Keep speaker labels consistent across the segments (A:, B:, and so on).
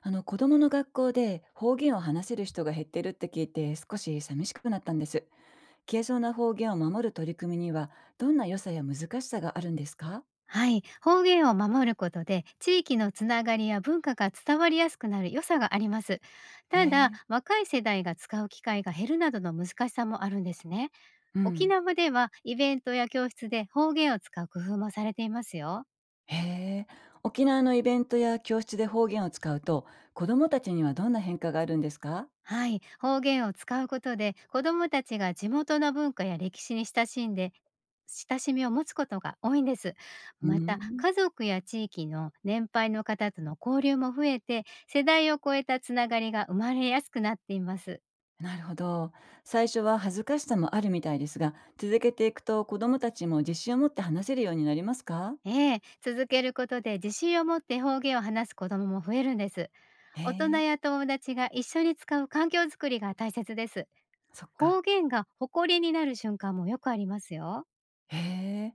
A: あの子供の学校で方言を話せる人が減ってるって聞いて少し寂しくなったんです。消えそうな方言を守る取り組みにはどんな良さや難しさがあるんですか？
B: はい、方言を守ることで地域のつながりや文化が伝わりやすくなる良さがあります。
A: へ
B: ただ、
A: え。
B: 若い世代が使う機会が減るなどの難しさもあるんですね。
A: う
B: 沖
A: ん。
B: 縄ではイベントや教室で方言を使う工夫もされていますよ。
A: へえ。沖縄のイベントや教室で方言を使うと子供たちにはどんな変化があるんですか？
B: はい、方言を使うことで子どもたちが地元の文化や歴史に親しんで親しみを持つことが多いんです。
A: うー
B: また
A: ん。
B: 家族や地域の年配の方との交流も増えて世代を超えたつながりが生まれやすくなっています。
A: なるほど。最初は恥ずかしさもあるみたいですが、続けていくと子供たちも自信を持って話せるようになりますか？
B: ええ、続けることで自信を持って方言を話す子どもも増えるんです。
A: へ
B: 大人
A: え。
B: や友達が一緒に使う環境づくりが大切です。
A: そっ
B: 方
A: か。
B: 言が誇りになる瞬間もよくありますよ。
A: へ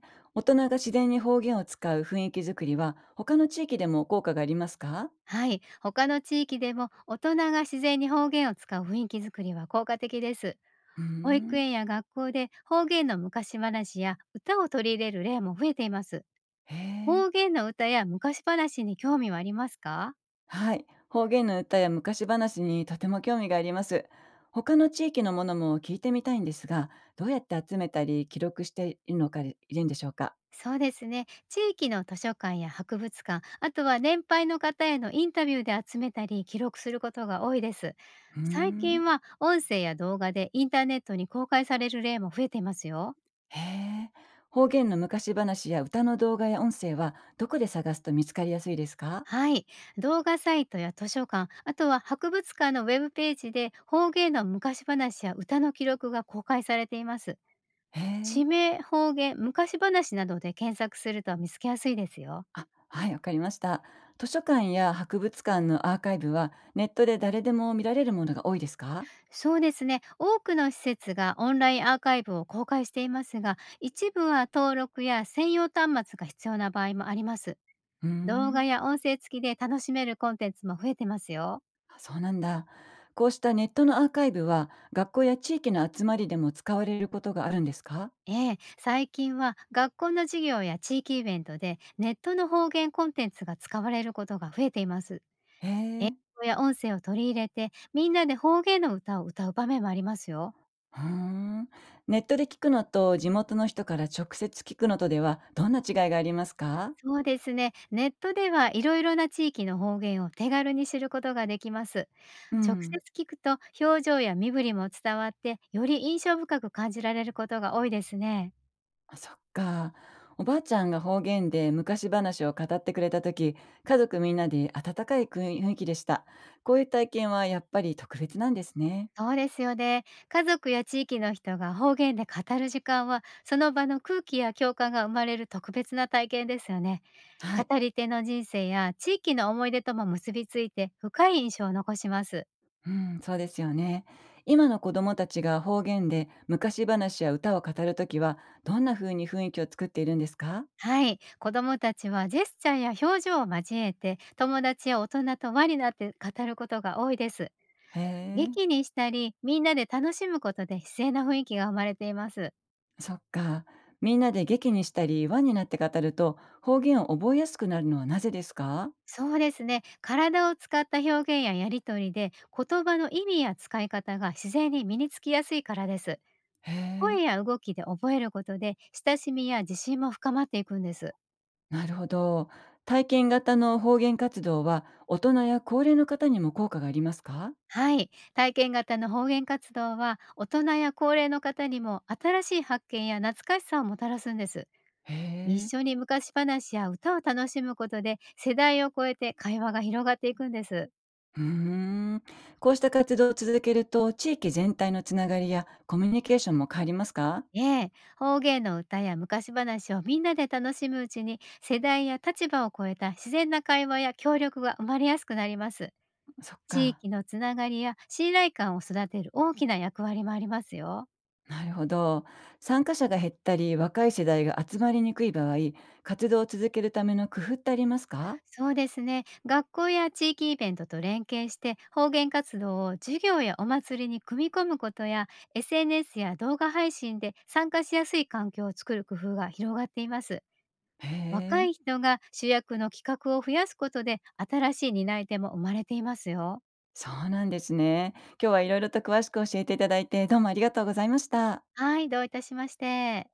A: え。大人が自然に方言を使う雰囲気作りは、他の地域でも効果がありますか？
B: はい、他の地域でも大人が自然に方言を使う雰囲気づくりは効果的です。
A: うー
B: 保育
A: ん。
B: 園や学校で方言の昔話や歌を取り入れる例も増えています。
A: へえ。
B: 方言の歌や昔話に興味はありますか？
A: はい。方言の歌や昔話にとても興味があります。他の地域のものも聞いてみたいんですが、どうやって集めたり記録しているのかいるんでしょうか？
B: そうですね。地域の図書館や博物館、あとは年配の方へのインタビューで集めたり記録することが多いです。
A: うー
B: 最近
A: ん。
B: は音声や動画でインターネットに公開される例も増えていますよ。
A: へえ。方言の昔話や歌の動画や音声は、どこで探すと見つかりやすいですか？
B: はい。動画サイトや図書館、あとは博物館のウェブページで方言の昔話や歌の記録が公開されています。
A: へえ。
B: 地名、方言、昔話などで検索すると見つけやすいですよ。
A: あ、はい、わかりました。図書館や博物館のアーカイブはネットで誰でも見られるものが多いですか？
B: そうですね。多くの施設がオンラインアーカイブを公開していますが、一部は登録や専用端末が必要な場合もあります。
A: うー
B: 動画
A: ん。
B: や音声付きで楽しめるコンテンツも増えてますよ。
A: あ、そうなんだ。こうしたネットのアーカイブは学校や地域の集まりでも使われることがあるんですか？
B: ええ、最近は学校の授業や地域イベントでネットの方言コンテンツが使われることが増えています。
A: へ
B: 映
A: え。
B: 像や音声を取り入れてみんなで方言の歌を歌う場面もありますよ。
A: うーん。ネットで聞くのと地元の人から直接聞くのとではどんな違いがありますか？
B: そうですね。ネットではいろいろな地域の方言を手軽に知ることができます。
A: う
B: 直接
A: ん。
B: 聞くと表情や身振りも伝わって、より印象深く感じられることが多いですね。
A: あ、そっか。おばあちゃんが方言で昔話を語ってくれた時、家族みんなで温かい雰囲気でした。こういう体験はやっぱり特別なんですね。
B: そうですよね。家族や地域の人が方言で語る時間は、その場の空気や共感が生まれる特別な体験ですよね。
A: はい。
B: 語り手の人生や地域の思い出とも結びついて、深い印象を残します。
A: うん、そうですよね。今の子供たちが方言で昔話や歌を語るときは、どんな風に雰囲気を作っているんですか？
B: はい。子どもたちはジェスチャーや表情を交えて、友達や大人と輪になって語ることが多いです。
A: へえ、
B: 劇にしたり、みんなで楽しむことで自然な雰囲気が生まれています。
A: そっか。みんなで劇にしたり、輪になって語ると、方言を覚えやすくなるのはなぜですか？
B: そうですね。体を使った表現ややりとりで、言葉の意味や使い方が自然に身につきやすいからです。
A: へえ。
B: 声や動きで覚えることで、親しみや自信も深まっていくんです。
A: なるほど。体験型の方言活動は大人や高齢の方にも効果がありますか？
B: はい。体験型の方言活動は、大人や高齢の方にも新しい発見や懐かしさをもたらすんです。
A: へ
B: 一
A: え。
B: 緒に昔話や歌を楽しむことで、世代を超えて会話が広がっていくんです。
A: うーん。こうした活動を続けると地域全体のつながりやコミュニケーションも変わりますか？
B: ええ、方言の歌や昔話をみんなで楽しむうちに、世代や立場を超えた自然な会話や協力が生まれやすくなります。
A: そっ
B: 地
A: か。
B: 域のつながりや信頼感を育てる大きな役割もありますよ。
A: なるほど。参加者が減ったり若い世代が集まりにくい場合、活動を続けるための工夫ってありますか？
B: そうですね。学校や地域イベントと連携して、方言活動を授業やお祭りに組み込むことや、 SNS や動画配信で参加しやすい環境を作る工夫が広がっています。
A: へ
B: 若
A: え。
B: い人が主役の企画を増やすことで、新しい担い手も生まれていますよ。
A: そうなんですね。今日はいろいろと詳しく教えていただいてどうもありがとうございました。
B: はい、どういたしまして。